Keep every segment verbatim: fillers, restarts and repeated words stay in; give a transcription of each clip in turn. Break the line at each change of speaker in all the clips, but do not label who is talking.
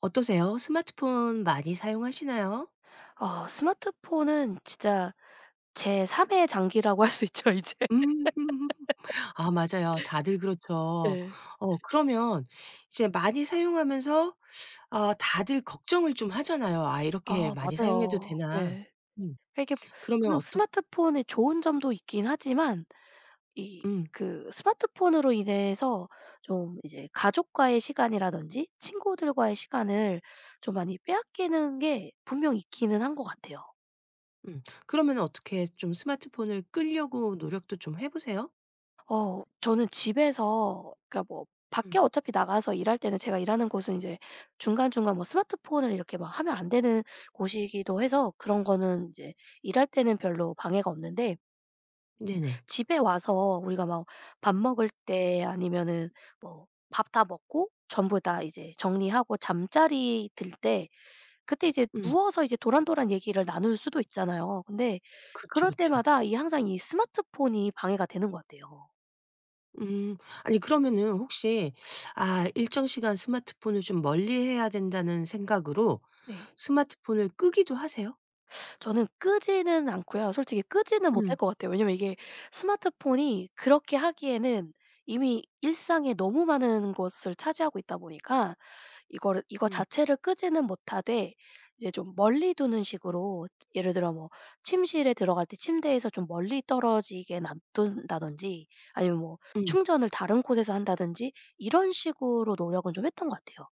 어떠세요? 스마트폰 많이 사용하시나요?
아 스마트폰은 진짜 제3 의 장기라고 할 수 있죠 이제.
음. 아 맞아요. 다들 그렇죠.
예.
어 그러면 이제 많이 사용하면서 아 다들 걱정을 좀 하잖아요. '아
아
이렇게 많이 사용해도
맞아요.
되나?'
예.
음.
그러니까 이게
그러면
분명
어떻
스마트폰의 좋은 점도 있긴 하지만 이
음.
그 스마트폰으로 인해서 좀 이제 가족과의 시간이라든지 친구들과의 시간을 좀 많이 빼앗기는 게 분명 있기는 한 것 같아요.
음. 그러면은 어떻게 좀 스마트폰을 끌려고 노력도 좀 해 보세요?
어 저는 집에서, 그러니까 뭐 밖에
음.
어차피 나가서 일할 때는 제가 일하는 곳은 이제 중간중간 뭐 스마트폰을 이렇게 막 하면 안 되는 곳이기도 해서, 그런 거는 이제 일할 때는 별로 방해가 없는데,
네네.
집에 와서 우리가 막 밥 먹을 때 아니면은 뭐 밥 다 먹고 전부 다 이제 정리하고 잠자리 들 때, 그때 이제
음.
누워서 이제 도란도란 얘기를 나눌 수도 있잖아요. 근데
그쵸,
그럴
그쵸.
때마다 이 항상 이 스마트폰이 방해가 되는 것 같아요.
음. 아니 그러면은 혹시 아 일정 시간 스마트폰을 좀 멀리해야 된다는 생각으로
네.
스마트폰을 끄기도 하세요?
저는 끄지는 않고요. 솔직히 끄지는 못할
음.
것 같아요. 왜냐면 이게 스마트폰이 그렇게 하기에는 이미 일상에 너무 많은 것을 차지하고 있다 보니까, 이거를 이거
음.
자체를 끄지는 못하되 이제 좀 멀리 두는 식으로, 예를 들어 뭐 침실에 들어갈 때 침대에서 좀 멀리 떨어지게 놔둔다든지, 아니면 뭐
음.
충전을 다른 곳에서 한다든지, 이런 식으로 노력은 좀 했던 것 같아요.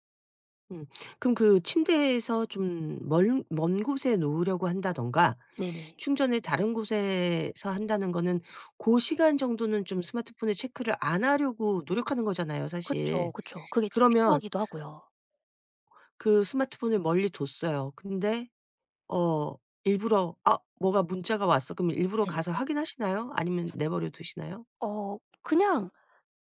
음. 그럼 그 침대에서 좀 멀 먼 곳에 놓으려고 한다든가
네네.
충전을 다른 곳에서 한다는 거는 그 시간 정도는 좀 스마트폰을 체크를 안 하려고 노력하는 거잖아요
그죠
사실.
그죠 그게 진짜
그러면
필요하기도 하고요.
그 스마트폰을 멀리 뒀어요. 근데 어 일부러 '아 뭐가 문자가 왔어.' 그럼 일부러
네네.
가서 확인하시나요? 아니면 내버려 두시나요?
어 그냥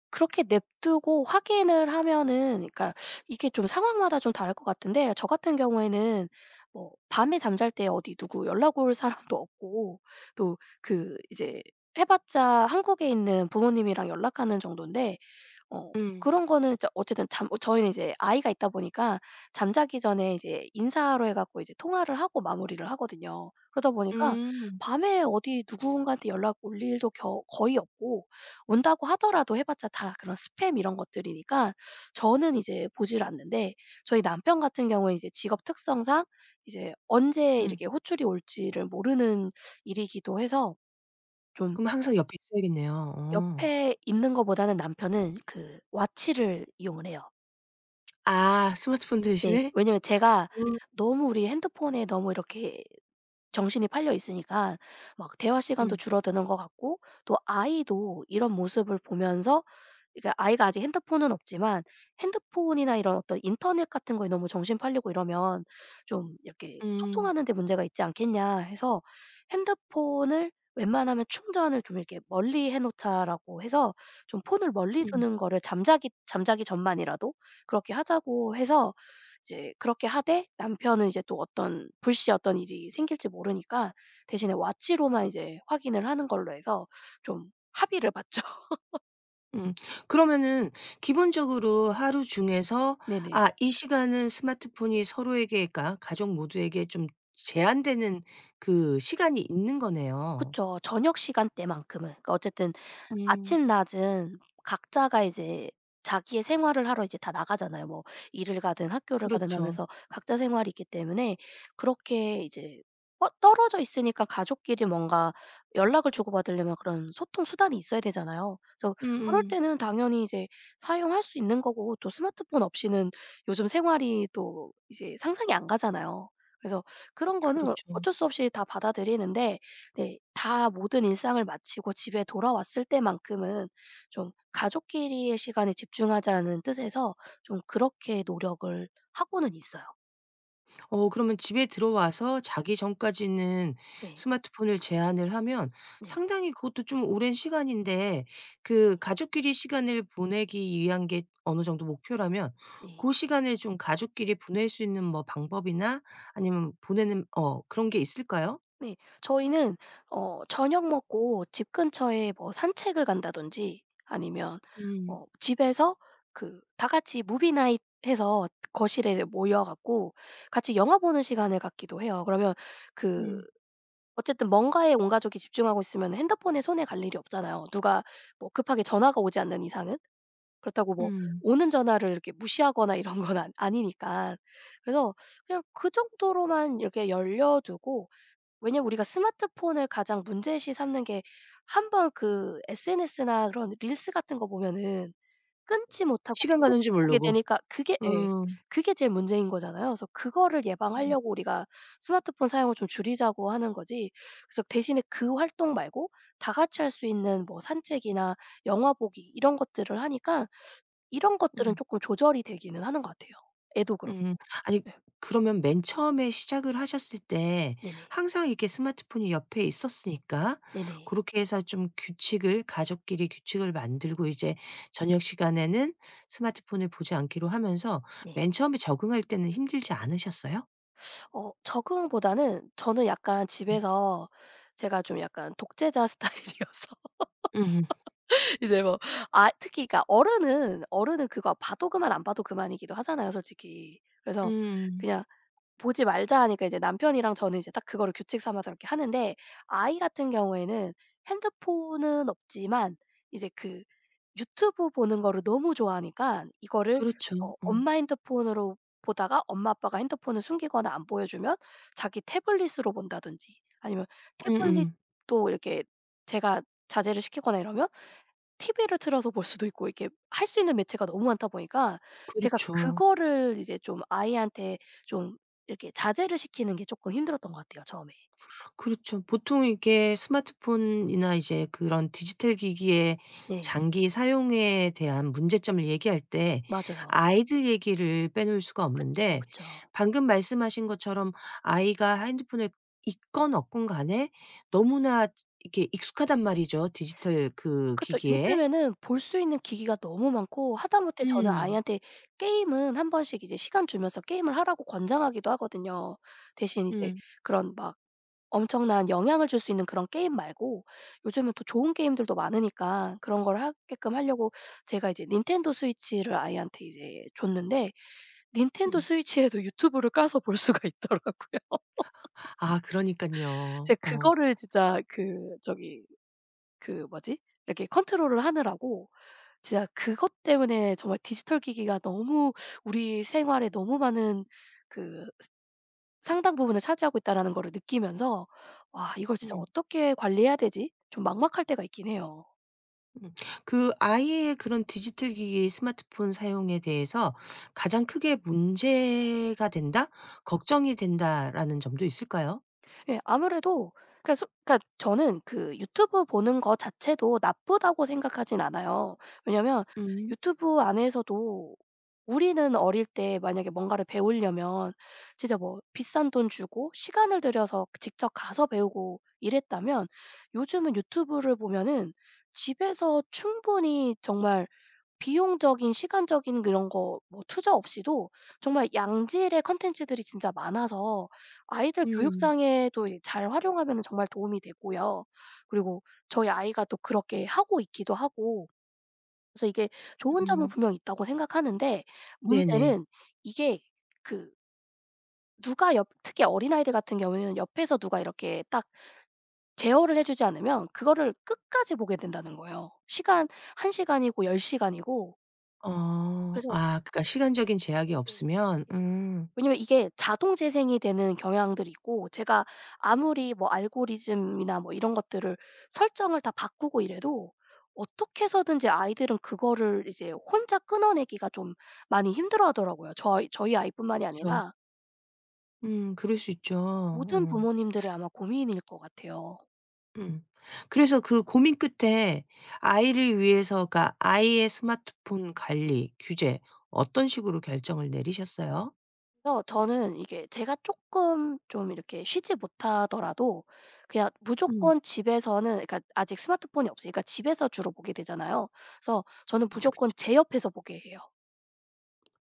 그렇게 냅두고 확인을 하면은, 그러니까 이게 좀 상황마다 좀 다를 것 같은데, 저 같은 경우에는 뭐 밤에 잠잘 때 어디 누구 연락 올 사람도 없고, 또 그 이제 해 봤자 한국에 있는 부모님이랑 연락하는 정도인데, 어
음.
그런 거는 진짜 어쨌든, 잠 어, 저희는 이제 아이가 있다 보니까 잠자기 전에 이제 인사로 해 갖고 이제 통화를 하고 마무리를 하거든요. 그러다 보니까
음.
밤에 어디 누군가한테 연락 올 일도 겨 거의 없고, 온다고 하더라도 해 봤자 다 그런 스팸 이런 것들이니까 저는 이제 보지를 않는데, 저희 남편 같은 경우에 이제 직업 특성상 이제 언제
음.
이렇게 호출이 올지를 모르는 일이기도 해서, 좀
그럼 항상 옆에 있어야겠네요. 어.
옆에 있는 거보다는 남편은 그 와치를 이용을 해요.
아 스마트폰
네.
대신에?
왜냐면 제가
음.
너무 우리 핸드폰에 너무 이렇게 정신이 팔려 있으니까 막 대화 시간도
음.
줄어드는 것 같고, 또 아이도 이런 모습을 보면서, 그러니까 아이가 아직 핸드폰은 없지만 핸드폰이나 이런 어떤 인터넷 같은 거에 너무 정신 팔리고 이러면 좀 이렇게
음.
'소통하는 데 문제가 있지 않겠냐.' 해서, 핸드폰을 웬만하면 충전을 좀 이렇게 멀리 해 놓자라고 해서, 좀 폰을 멀리
음.
두는 거를 잠자기 잠자기 전만이라도 그렇게 하자고 해서, 이제 그렇게 하되 남편은 이제 또 어떤 불시 어떤 일이 생길지 모르니까 대신에 와치로만 이제 확인을 하는 걸로 해서 좀 합의를 봤죠.
음. 그러면은 기본적으로 하루 중에서
네네.
아 이 시간은 스마트폰이 서로에게 그러니까 가족 모두에게 좀 제한되는 그 시간이 있는 거네요.
그쵸. 저녁 시간대만큼은. 그러니까 어쨌든
음.
아침 낮은 각자가 이제 자기의 생활을 하러 이제 다 나가잖아요. 뭐 일을 가든 학교를 가든
그렇죠.
하면서 각자 생활이 있기 때문에 그렇게 이제 어 떨어져 있으니까 가족끼리 뭔가 연락을 주고받으려면 그런 소통 수단이 있어야 되잖아요. 그래서 그럴
음음.
때는 당연히 이제 사용할 수 있는 거고, 또 스마트폰 없이는 요즘 생활이 또 이제 상상이 안 가잖아요. 그래서 그런 거는
그렇죠.
어쩔 수 없이 다 받아들이는데. 네. 다 모든 일상을 마치고 집에 돌아왔을 때만큼은 좀 가족끼리의 시간에 집중하자는 뜻에서 좀 그렇게 노력을 하고는 있어요.
어 그러면 집에 들어와서 자기 전까지는
네.
스마트폰을 제한을 하면
네네.
상당히 그것도 좀 오랜 시간인데 그 가족끼리 시간을 보내기 위한 게 어느 정도 목표라면
네.
그 시간을 좀 가족끼리 보낼 수 있는 뭐 방법이나 아니면 보내는 어 그런 게 있을까요?
네. 저희는 어 저녁 먹고 집 근처에 뭐 산책을 간다든지, 아니면
음.
어 집에서 그 다 같이 무비 나잇 해서 거실에 모여 갖고 같이 영화 보는 시간을 갖기도 해요. 그러면 그
음.
어쨌든 뭔가에 온 가족이 집중하고 있으면 핸드폰에 손에 갈 일이 없잖아요. 누가 뭐 급하게 전화가 오지 않는 이상은. 그렇다고 뭐
음.
오는 전화를 이렇게 무시하거나 이런 건 아 아니니까. 그래서 그냥 그 정도로만 이렇게 열려 두고, 왜냐면 우리가 스마트폰을 가장 문제시 삼는 게 한번그 에스엔에스나 그런 릴스 같은 거 보면은 끊지 못하고
시간
계속
가는 줄
보게
모르고.
되니까, 그게, 예.
음.
그게 제일 문제인 거잖아요. 그래서 그거를
음.
예방하려고 우리가 스마트폰 사용을 좀 줄이자고 하는 거지. 그래서 대신에 그 활동 말고 다 같이 할 수 있는 뭐 산책이나 영화 보기 이런 것들을 하니까, 이런 것들은
음.
쪼끔 조절이 되기는 하는 것 같아요. 애도 그렇고.
음. 아니
예.
그러면 맨 처음에 시작을 하셨을 때
네네.
항상 이렇게 스마트폰이 옆에 있었으니까
네네.
고렇게 해서 좀 규칙을 가족끼리 규칙을 만들고 이제 저녁 시간에는 스마트폰을 보지 않기로 하면서
네.
맨 처음에 적응할 때는 힘들지 않으셨어요?
어 적응보다는 저는 약간
음.
집에서 제가 좀 약간 독재자 스타일이어서
음음.
이제 뭐, 아 특히 그러니까 어른은 어른은 그거 봐도 그만 안 봐도 그만이기도 하잖아요 솔직히. 그래서
음.
그냥 보지 말자 하니까 이제 남편이랑 저는 이제 딱 그거를 규칙 삼아서 이렇게 하는데, 아이 같은 경우에는 핸드폰은 없지만 이제 그 유튜브 보는 거를 너무 좋아하니까 이거를
그렇죠.
어
어.
엄마 핸드폰으로 보다가 엄마 아빠가 핸드폰을 숨기거나 안 보여주면 자기 태블릿으로 본다든지 아니면
음음.
태블릿도 이렇게 제가 자제를 시키거나 이러면 티브이를 틀어서 볼 수도 있고, 이렇게 할 수 있는 매체가 너무 많다 보니까 제가
그렇죠.
그거를 이제 좀 아이한테 좀 이렇게 자제를 시키는 게 쪼끔 힘들었던 것 같아요 처음에.
그렇죠. 보통 이게 스마트폰이나 이제 그런 디지털 기기의
네.
장기 사용에 대한 문제점을 얘기할 때
맞아요.
아이들 얘기를 빼놓을 수가
그쵸,
없는데
그쵸.
방금 말씀하신 것처럼 아이가 핸드폰을 있건 없건 간에 너무나 이렇게 익숙하단 말이죠, 디지털 그
그쵸.
기기에.
요즘에는 볼 수 있는 기기가 너무 많고 하다못해 저는
음.
아이한테 게임은 한 번씩 이제 시간 주면서 게임을 하라고 권장하기도 하거든요. 대신 이제
음.
그런 막 엄청난 영향을 줄 수 있는 그런 게임 말고 요즘은 또 좋은 게임들도 많으니까 그런 걸 하게끔 하려고 제가 이제 닌텐도 스위치를 아이한테 이제 줬는데, 닌텐도
음.
스위치에도 유튜브를 까서 볼 수가 있더라고요.
아 그러니깐요.
제가
어.
그거를 진짜 그, 저기, 그 뭐지? 이렇게 컨트롤을 하느라고 진짜 그것 때문에 정말 디지털 기기가 너무 우리 생활에 너무 많은 그 상당 부분을 차지하고 있다라는 거를 느끼면서 '와 이걸 진짜
음.
어떻게 관리해야 되지?' 좀 막막할 때가 있긴 해요.
음. 그 아이의 그런 디지털 기기 스마트폰 사용에 대해서 가장 크게 문제가 된다? 걱정이 된다라는 점도 있을까요?
예, 아무래도 그러니까 소 그러니까 저는 그 유튜브 보는 거 자체도 나쁘다고 생각하진 않아요. 왜냐면
음.
유튜브 안에서도 우리는 어릴 때 만약에 뭔가를 배우려면 진짜 뭐 비싼 돈 주고 시간을 들여서 직접 가서 배우고 이랬다면, 요즘은 유튜브를 보면은 집에서 충분히 정말 비용적인, 시간적인 그런 거 뭐 투자 없이도 정말 양질의 콘텐츠들이 진짜 많아서 아이들
음.
교육상에도 이 잘 활용하면은 정말 도움이 되고요. 그리고 저희 아이가 또 그렇게 하고 있기도 하고, 그래서 이게 좋은 점은
음.
분명 있다고 생각하는데
네네.
문제는 이게 그, 누가 옆 특히 어린아이들 같은 경우에는 옆에서 누가 이렇게 딱 제어를 해 주지 않으면 그거를 끝까지 보게 된다는 거예요. 시간 한 시간이고 열 시간이고.
어.
그래서
아 그러니까 시간적인 제약이
예.
없으면 음
왜냐면 이게 자동 재생이 되는 경향들이 있고 제가 아무리 뭐 알고리즘이나 뭐 이런 것들을 설정을 다 바꾸고 이래도 어떻게 해서든지 아이들은 그거를 이제 혼자 끊어내기가 좀 많이 힘들어하더라고요. 저희 저희 아이뿐만이
그쵸.
아니라
음 그럴 수 있죠.
모든
어.
부모님들의 아마 고민일 것 같아요.
음. 그래서 그 고민 끝에 아이를 위해서 그 아이의 스마트폰 관리 규제 어떤 식으로 결정을 내리셨어요?
그래서 저는 이게, 제가 조금 좀 이렇게 쉬지 못하더라도 그냥
음.
무조건 집에서는, 그러니까 아직 스마트폰이 없으니까 집에서 주로 보게 되잖아요. 그래서 저는
그쵸,
무조건
그쵸.
제 옆에서 보게 해요.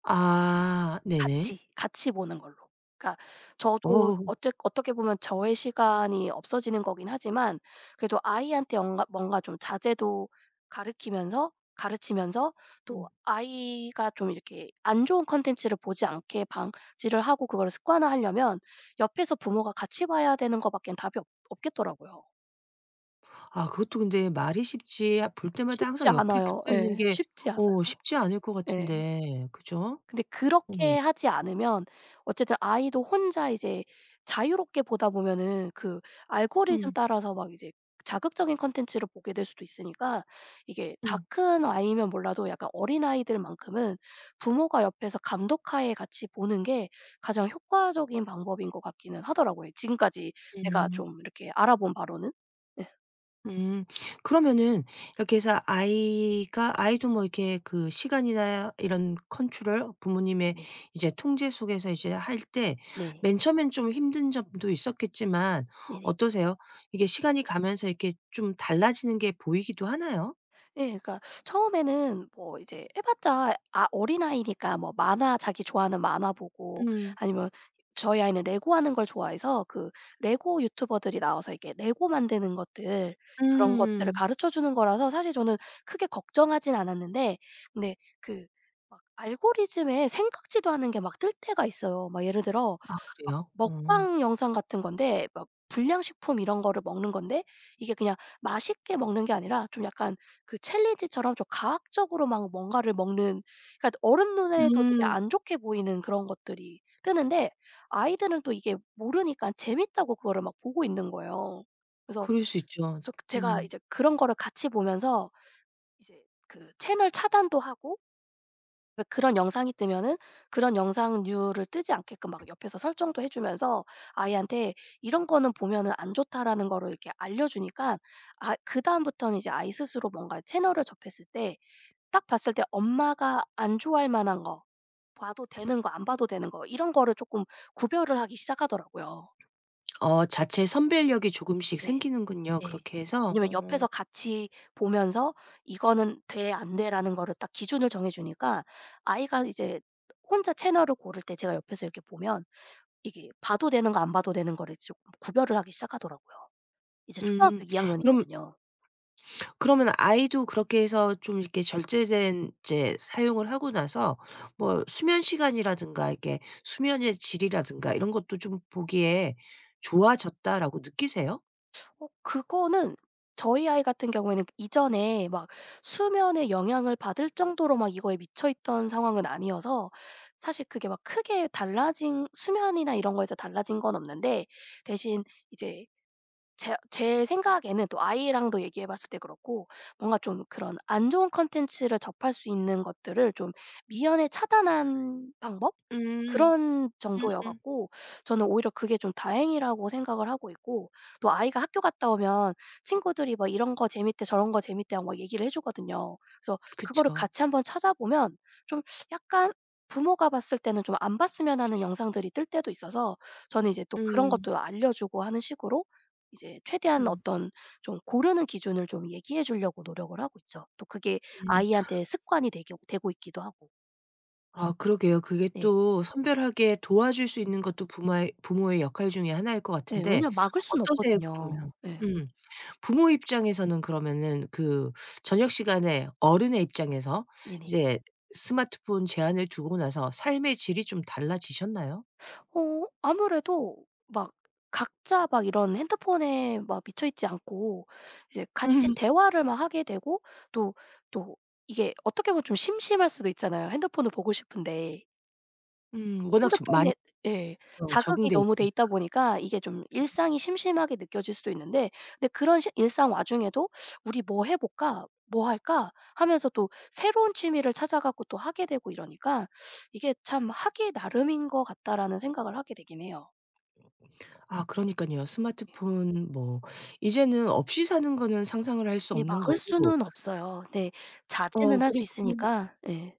아 네네.
같이, 같이 보는 걸로. 그러니까 저도
어.
어째, 어떻게 보면 저의 시간이 없어지는 거긴 하지만 그래도 아이한테 엉가 뭔가 좀 자제도 가르키면서 가르치면서, 또
음.
아이가 좀 이렇게 안 좋은 콘텐츠를 보지 않게 방지를 하고 그거를 습관화하려면 옆에서 부모가 같이 봐야 되는 거 밖엔 답이 없 없겠더라고요.
아 그것도 근데 말이 쉽지 아 볼 때마다
쉽지
항상 옆에
않아요.
붙어 있는
예.
게
쉽지 않아요.
어 쉽지 않을 것
예.
같은데. 그죠?
근데
어.
그렇게 하지 않으면 어쨌든 아이도 혼자 이제 자유롭게 보다 보면은 그 알고리즘
음.
따라서 막 이제 자극적인 콘텐츠를 보게 될 수도 있으니까 이게 다
음.
큰 아이면 몰라도 약간 어린아이들만큼은 부모가 옆에서 감독하에 같이 보는 게 가장 효과적인 방법인 것 같기는 하더라고요. 지금까지 제가
음.
좀 이렇게 알아본 바로는. 예.
음. 그러면은 이렇게 해서 아이가 아이도 뭐 이렇게 그 시간이나 이런 컨트롤 부모님의
네.
이제 통제 속에서 이제 할 때
네.
맨 처음엔 좀 힘든 점도 있었겠지만
네네.
어떠세요? 이게 시간이 가면서 이렇게 좀 달라지는 게 보이기도 하나요?
예. 그러니까 처음에는 뭐 이제 해 봤자 아 어린아이니까 뭐 만화 자기 좋아하는 만화 보고
음.
아니면 저희 아이는 레고 하는 걸 좋아해서 그 레고 유튜버들이 나와서 이렇게 레고 만드는 것들, 그런 것들을
음.
가르쳐 주는 거라서 사실 저는 크게 걱정하진 않았는데, 근데 그 막 알고리즘에 생각지도 않은 게 막 뜰 때가 있어요. 막 예를 들어
아
막
그래요? 어.
먹방 영상 같은 건데 막 불량식품 이런 거를 먹는 건데 이게 그냥 맛있게 먹는 게 아니라 좀 약간 그 챌린지처럼 좀 과학적으로 막 뭔가를 먹는, 그러니까 어른 눈에도 되게
음.
안 좋게 보이는 그런 것들이 뜨는데 아이들은 또 이게 모르니까 재밌다고 그거를 막 보고 있는 거예요. 그래서
그럴 수 있죠.
그래서 그 제가
음.
이제 그런 거를 같이 보면서 이제 그 채널 차단도 하고, 왜 그런 영상이 뜨면은 그런 영상류를 뜨지 않게끔 막 옆에서 설정도 해 주면서 아이한테 "이런 거는 보면은 안 좋다."라는 거를 이렇게 알려 주니까 아 그다음부터는 이제 아이 스스로 뭔가 채널을 접했을 때 딱 봤을 때 엄마가 안 좋아할 만한 거, 봐도 되는 거, 안 봐도 되는 거 이런 거를 쪼끔 구별을 하기 시작하더라고요.
어 자체 선별력이 조금씩
예
생기는군요
예.
그렇게 해서.
왜냐면 옆에서
어.
같이 보면서 "이거는 돼. 안 돼."라는 거를 딱 기준을 정해 주니까 아이가 이제 혼자 채널을 고를 때 제가 옆에서 이렇게 보면 이게 봐도 되는 거, 안 봐도 되는 거를 좀 구별을 하기 시작하더라고요. 이제 초등학교
음.
이
그럼
학년이거든요.
그러면 아이도 그렇게 해서 좀 이렇게 절제된 이제 사용을 하고 나서 뭐 수면 시간이라든가 이렇게 수면의 질이라든가 이런 것도 좀 보기에 좋아졌다라고 느끼세요?
어 그거는 저희 아이 같은 경우에는 이전에 막 수면의 영향을 받을 정도로 막 이거에 미쳐 있던 상황은 아니어서 사실 그게 막 크게 달라진 수면이나 이런 거에서 달라진 건 없는데 대신 이제 제 제 생각에는, 또 아이랑도 얘기해 봤을 때 그렇고, 뭔가 좀 그런 안 좋은 콘텐츠를 접할 수 있는 것들을 좀 미연에 차단한 방법?
음.
그런 정도여
음음.
갖고 저는 오히려 그게 좀 다행이라고 생각을 하고 있고, 또 아이가 학교 갔다 오면 친구들이 막 "이런 거 재밌대. 저런 거 재밌대." 하고 막 얘기를 해 주거든요. 그래서 그거를
그쵸.
같이 한번 찾아보면 좀 약간 부모가 봤을 때는 좀 안 봤으면 하는 영상들이 뜰 때도 있어서 저는 이제 또 그런
음.
것도 알려 주고 하는 식으로 이제 최대한
음.
어떤 좀 고르는 기준을 좀 얘기해 주려고 노력을 하고 있죠. 또 그게
음.
아이한테 습관이 되게 되고 있기도 하고.
아 그러게요. 그게
네.
또 선별하게 도와줄 수 있는 것도 부의 부모의 역할 중에 하나일 것
예.
같은데
왜냐면 막을 수는
어떠세요
없거든요.
그러면?
예.
음. 부모 입장에서는 그러면은 그 저녁 시간에 어른의 입장에서
네네.
이제 스마트폰 제한을 두고 나서 삶의 질이 좀 달라지셨나요?
어 아무래도 막 각자 막 이런 핸드폰에 막 미쳐 있지 않고 이제 같이
음.
대화를 막 하게 되고, 또 또 이게 어떻게 보면 좀 심심할 수도 있잖아요, 핸드폰을 보고 싶은데.
음. 워낙 좀 많이
핸드폰에, 예.
어
자극이
적응돼
너무 돼
있으니까.
있다 보니까 이게 좀 일상이 심심하게 느껴질 수도 있는데, 근데 그런 시 일상 와중에도 '우리 뭐 해 볼까? 뭐 할까?' 하면서 또 새로운 취미를 찾아 갖고 또 하게 되고 이러니까 이게 참 '하기 나름인 것 같다.'라는 생각을 하게 되긴 해요.
아 그러니까요 스마트폰 뭐 이제는 없이 사는 거는 상상을 할 수
예,
없는
막을
거고
수는 없어요. 네.
어
자제는 할 수
그리고
있으니까. 예.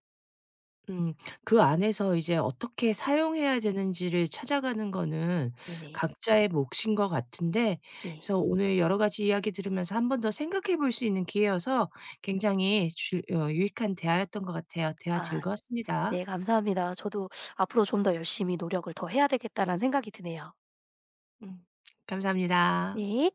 음. 그 안에서 이제 어떻게 사용해야 되는지를 찾아가는 거는
네네.
각자의 몫인 것 같은데
네.
그래서 오늘 여러 가지 이야기 들으면서 한 번 더 생각해 볼 수 있는 기회여서 굉장히 주 어 유익한 대화였던 것 같아요. 대화
아
즐거웠습니다.
네, 감사합니다. 저도 '앞으로 좀 더 열심히 노력을 더 해야 되겠다.'라는 생각이 드네요.
음. 감사합니다.
네.